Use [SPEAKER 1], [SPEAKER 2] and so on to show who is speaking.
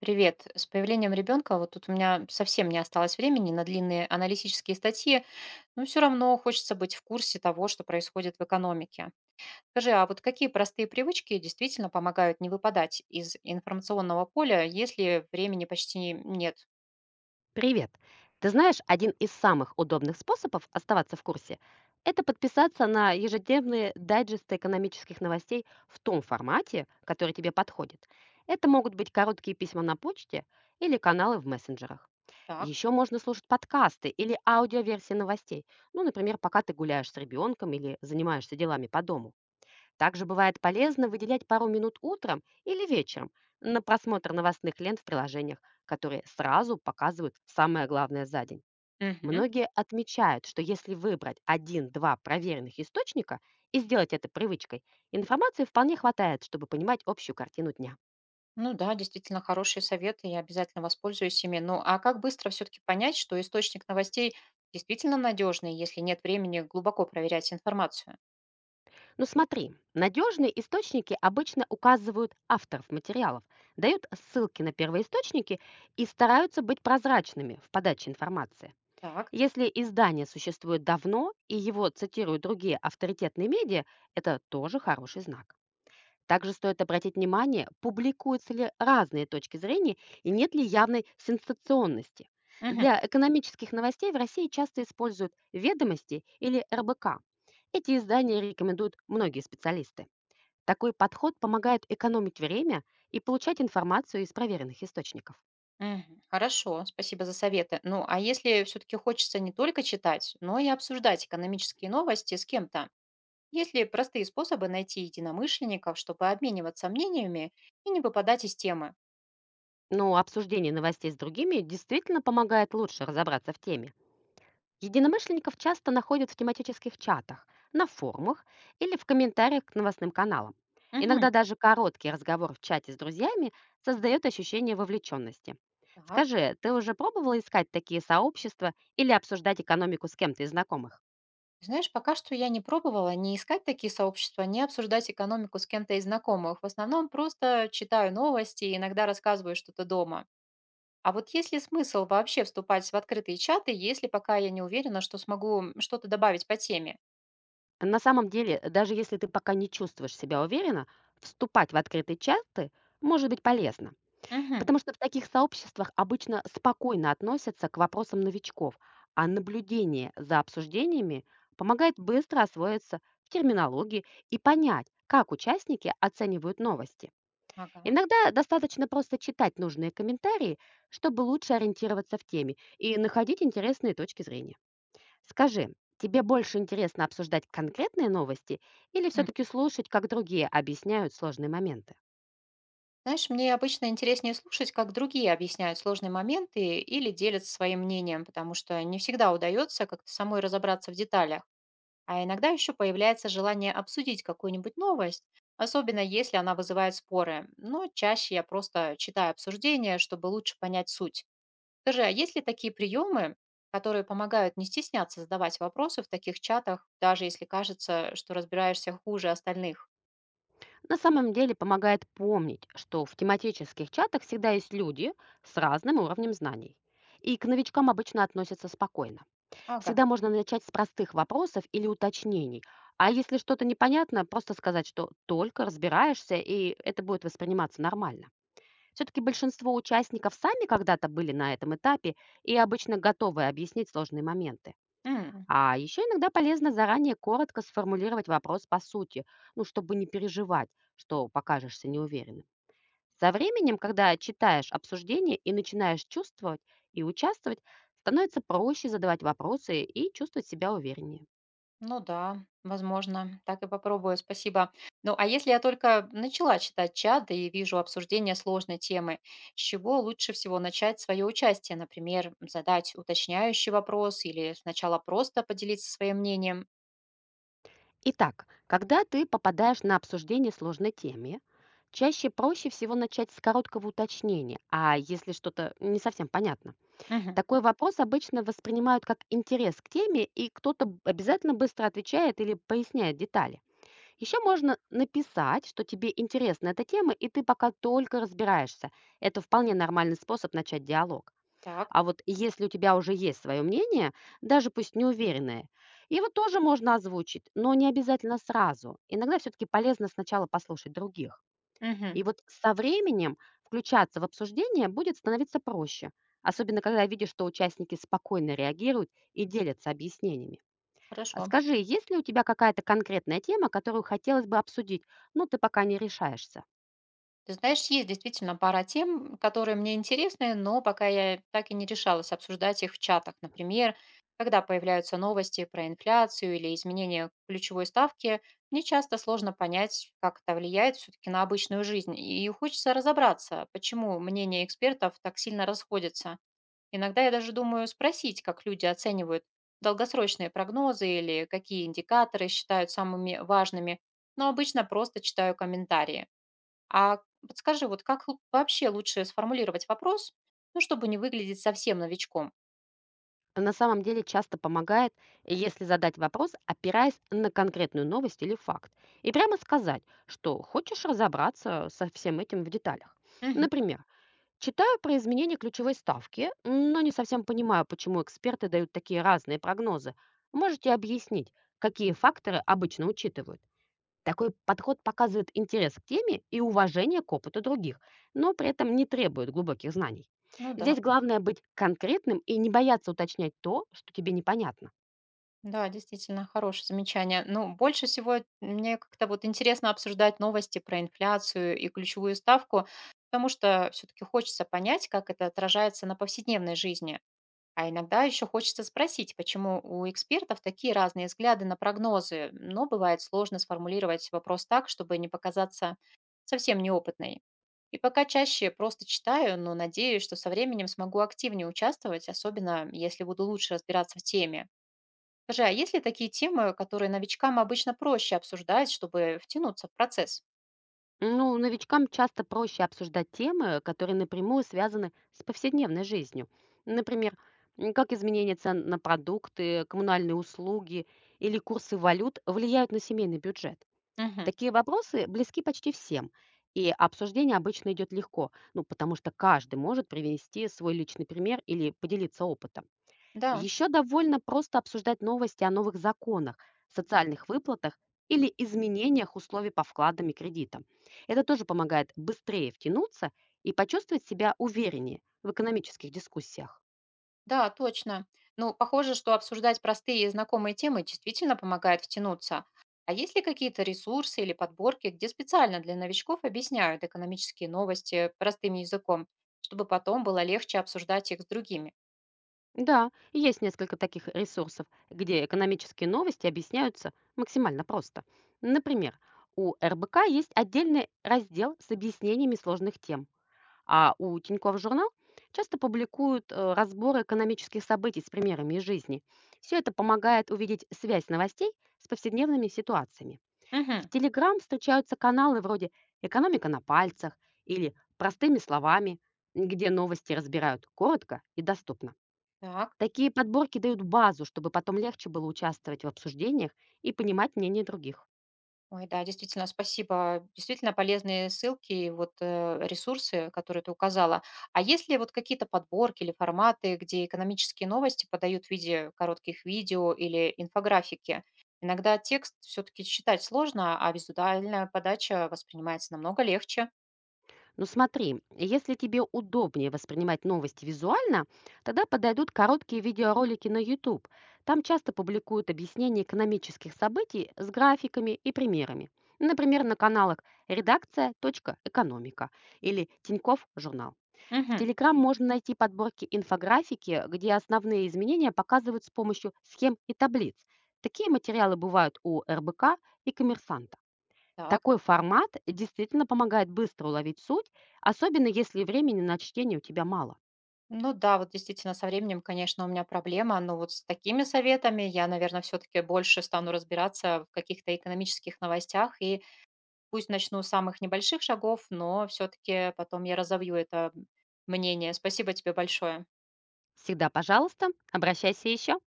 [SPEAKER 1] Привет. С появлением ребенка вот тут у меня совсем не осталось времени на длинные аналитические статьи, но все равно хочется быть в курсе того, что происходит в экономике. Скажи, а вот какие простые привычки действительно помогают не выпадать из информационного поля, если времени почти нет?
[SPEAKER 2] Привет! Ты знаешь, один из самых удобных способов оставаться в курсе – это подписаться на ежедневные дайджесты экономических новостей в том формате, который тебе подходит. Это могут быть короткие письма на почте или каналы в мессенджерах.
[SPEAKER 1] Так.
[SPEAKER 2] Еще можно слушать подкасты или аудиоверсии новостей, ну, например, пока ты гуляешь с ребенком или занимаешься делами по дому. Также бывает полезно выделять пару минут утром или вечером на просмотр новостных лент в приложениях, которые сразу показывают самое главное за день.
[SPEAKER 1] Мгм.
[SPEAKER 2] Многие отмечают, что если выбрать один-два проверенных источника и сделать это привычкой, информации вполне хватает, чтобы понимать общую картину дня.
[SPEAKER 1] Ну да, действительно хорошие советы, я обязательно воспользуюсь ими. Ну, а как быстро все-таки понять, что источник новостей действительно надежный, если нет времени глубоко проверять информацию?
[SPEAKER 2] Но смотри, надежные источники обычно указывают авторов материалов, дают ссылки на первоисточники и стараются быть прозрачными в подаче информации.
[SPEAKER 1] Так.
[SPEAKER 2] Если издание существует давно и его цитируют другие авторитетные медиа, это тоже хороший знак. Также стоит обратить внимание, публикуются ли разные точки зрения и нет ли явной сенсационности. Для экономических новостей в России часто используют «Ведомости» или «РБК». Эти издания рекомендуют многие специалисты. Такой подход помогает экономить время и получать информацию из проверенных источников.
[SPEAKER 1] Мгм. Хорошо, спасибо за советы. Ну, а если все-таки хочется не только читать, но и обсуждать экономические новости с кем-то, есть ли простые способы найти единомышленников, чтобы обмениваться мнениями и не выпадать из темы?
[SPEAKER 2] Но обсуждение новостей с другими действительно помогает лучше разобраться в теме. Единомышленников часто находят в тематических чатах, на форумах или в комментариях к новостным каналам.
[SPEAKER 1] Мгм.
[SPEAKER 2] Иногда даже короткий разговор в чате с друзьями создает ощущение вовлеченности.
[SPEAKER 1] Так.
[SPEAKER 2] Скажи, ты уже пробовала искать такие сообщества или обсуждать экономику с кем-то из знакомых?
[SPEAKER 1] Знаешь, пока что я не пробовала не искать такие сообщества, не обсуждать экономику с кем-то из знакомых. В основном просто читаю новости и иногда рассказываю что-то дома. А вот есть ли смысл вообще вступать в открытые чаты, если пока я не уверена, что смогу что-то добавить по теме?
[SPEAKER 2] На самом деле, даже если ты пока не чувствуешь себя уверенно, вступать в открытые чаты может быть полезно.
[SPEAKER 1] Мгм.
[SPEAKER 2] Потому что в таких сообществах обычно спокойно относятся к вопросам новичков, а наблюдение за обсуждениями помогает быстро освоиться в терминологии и понять, как участники оценивают новости.
[SPEAKER 1] Ага.
[SPEAKER 2] Иногда достаточно просто читать нужные комментарии, чтобы лучше ориентироваться в теме и находить интересные точки зрения. Скажи, тебе больше интересно обсуждать конкретные новости или
[SPEAKER 1] М.
[SPEAKER 2] все-таки слушать, как другие объясняют сложные моменты?
[SPEAKER 1] Знаешь, мне обычно интереснее слушать, как другие объясняют сложные моменты или делятся своим мнением, потому что не всегда удается как-то самой разобраться в деталях. А иногда еще появляется желание обсудить какую-нибудь новость, особенно если она вызывает споры. Но чаще я просто читаю обсуждения, чтобы лучше понять суть. Скажи, а есть ли такие приемы, которые помогают не стесняться задавать вопросы в таких чатах, даже если кажется, что разбираешься хуже остальных?
[SPEAKER 2] На самом деле помогает помнить, что в тематических чатах всегда есть люди с разным уровнем знаний. И к новичкам обычно относятся спокойно. Всегда можно начать с простых вопросов или уточнений. А если что-то непонятно, просто сказать, что только разбираешься, и это будет восприниматься нормально. Все-таки большинство участников сами когда-то были на этом этапе и обычно готовы объяснить сложные моменты.
[SPEAKER 1] Ага.
[SPEAKER 2] А еще иногда полезно заранее коротко сформулировать вопрос по сути, ну, чтобы не переживать, что покажешься неуверенным. Со временем, когда читаешь обсуждение и начинаешь чувствовать и участвовать, становится проще задавать вопросы и чувствовать себя увереннее.
[SPEAKER 1] Ну да, возможно, так и попробую, спасибо. Ну, а если я только начала читать чат да и вижу обсуждение сложной темы, с чего лучше всего начать свое участие? Например, задать уточняющий вопрос или сначала просто поделиться своим мнением?
[SPEAKER 2] Итак, когда ты попадаешь на обсуждение сложной темы, чаще проще всего начать с короткого уточнения, а если что-то не совсем понятно.
[SPEAKER 1] Мгм.
[SPEAKER 2] Такой вопрос обычно воспринимают как интерес к теме, и обязательно быстро отвечает или поясняет детали. Еще можно написать, что тебе интересна эта тема, и ты пока только разбираешься. Это вполне нормальный способ начать диалог.
[SPEAKER 1] Так.
[SPEAKER 2] А вот если у тебя уже есть свое мнение, даже пусть неуверенное, его тоже можно озвучить, но не обязательно сразу. Иногда все-таки полезно сначала послушать других.
[SPEAKER 1] Мгм.
[SPEAKER 2] И вот со временем включаться в обсуждение будет становиться проще, особенно когда видишь, что участники спокойно реагируют и делятся объяснениями. А
[SPEAKER 1] Хорошо.
[SPEAKER 2] скажи, есть ли у тебя какая-то конкретная тема, которую хотелось бы обсудить, но ты пока не решаешься?
[SPEAKER 1] Ты знаешь, есть действительно пара тем, которые мне интересны, но пока я так и не решалась обсуждать их в чатах. Например, когда появляются новости про инфляцию или изменение ключевой ставки, мне часто сложно понять, как это влияет все-таки на обычную жизнь. И хочется разобраться, почему мнения экспертов так сильно расходятся. Иногда я даже думаю спросить, как люди оценивают долгосрочные прогнозы или какие индикаторы считают самыми важными, но обычно просто читаю комментарии. А подскажи, вот вообще лучше сформулировать вопрос, ну, чтобы не выглядеть совсем новичком?
[SPEAKER 2] На самом деле часто помогает, если задать вопрос, опираясь на конкретную новость или факт, и прямо сказать, что хочешь разобраться со всем этим в деталях.
[SPEAKER 1] Мгм.
[SPEAKER 2] Например: «Читаю про изменение ключевой ставки, но не совсем понимаю, почему эксперты дают такие разные прогнозы. Можете объяснить, какие факторы обычно учитывают?» Такой подход показывает интерес к теме и уважение к опыту других, но при этом не требует глубоких знаний.
[SPEAKER 1] Ну да,
[SPEAKER 2] Здесь главное быть конкретным и не бояться уточнять то, что тебе непонятно.
[SPEAKER 1] да, действительно, хорошее замечание. Ну, больше всего мне как-то вот интересно обсуждать новости про инфляцию и ключевую ставку, потому что все-таки хочется понять, как это отражается на повседневной жизни. А иногда еще хочется спросить, почему у экспертов такие разные взгляды на прогнозы, но бывает сложно сформулировать вопрос так, чтобы не показаться совсем неопытной. И пока чаще просто читаю, но надеюсь, что со временем смогу активнее участвовать, особенно если буду лучше разбираться в теме. Скажи, а есть ли такие темы, которые новичкам обычно проще обсуждать, чтобы втянуться в процесс?
[SPEAKER 2] Ну, новичкам часто проще обсуждать темы, которые напрямую связаны с повседневной жизнью. Например, как изменение цен на продукты, коммунальные услуги или курсы валют влияют на семейный бюджет.
[SPEAKER 1] Мгм.
[SPEAKER 2] Такие вопросы близки почти всем, и обсуждение обычно идет легко, ну, потому что каждый может привести свой личный пример или поделиться опытом.
[SPEAKER 1] Да.
[SPEAKER 2] Еще довольно просто обсуждать новости о новых законах, социальных выплатах или изменениях условий по вкладам и кредитам. Это тоже помогает быстрее втянуться и почувствовать себя увереннее в экономических дискуссиях.
[SPEAKER 1] Да, точно. Ну, похоже, что обсуждать простые и знакомые темы действительно помогает втянуться. А есть ли какие-то ресурсы или подборки, где специально для новичков объясняют экономические новости простым языком, чтобы потом было легче обсуждать их с другими?
[SPEAKER 2] Да, есть несколько таких ресурсов, где экономические новости объясняются максимально просто. Например, у РБК есть отдельный раздел с объяснениями сложных тем, а у Тинькофф журнал часто публикуют разборы экономических событий с примерами из жизни. Все это помогает увидеть связь новостей с повседневными ситуациями. В
[SPEAKER 1] Угу.
[SPEAKER 2] Телеграм встречаются каналы вроде «Экономика на пальцах» или «Простыми словами», где новости разбирают коротко и доступно.
[SPEAKER 1] Так.
[SPEAKER 2] Такие подборки дают базу, чтобы потом легче было участвовать в обсуждениях и понимать мнение других.
[SPEAKER 1] Ой, да, действительно, спасибо. Действительно полезные ссылки и вот ресурсы, которые ты указала. А есть ли вот какие-то подборки или форматы, где экономические новости подают в виде коротких видео или инфографики? Иногда текст все-таки читать сложно, а визуальная подача воспринимается намного легче.
[SPEAKER 2] Ну смотри, если тебе удобнее воспринимать новости визуально, тогда подойдут короткие видеоролики на YouTube. Там часто публикуют объяснения экономических событий с графиками и примерами. Например, на каналах «Редакция.экономика» или «Тиньков журнал». В
[SPEAKER 1] Мгм.
[SPEAKER 2] Telegram можно найти подборки инфографики, где основные изменения показывают с помощью схем и таблиц. Такие материалы бывают у РБК и коммерсанта.
[SPEAKER 1] Так.
[SPEAKER 2] Такой формат действительно помогает быстро уловить суть, особенно если времени на чтение у тебя мало.
[SPEAKER 1] Ну да, вот действительно со временем, конечно, у меня проблема, но вот с такими советами я, наверное, все-таки больше стану разбираться в каких-то экономических новостях. И пусть начну с самых небольших шагов, но все-таки потом я разовью это мнение. Спасибо тебе большое.
[SPEAKER 2] Всегда, пожалуйста, обращайся еще.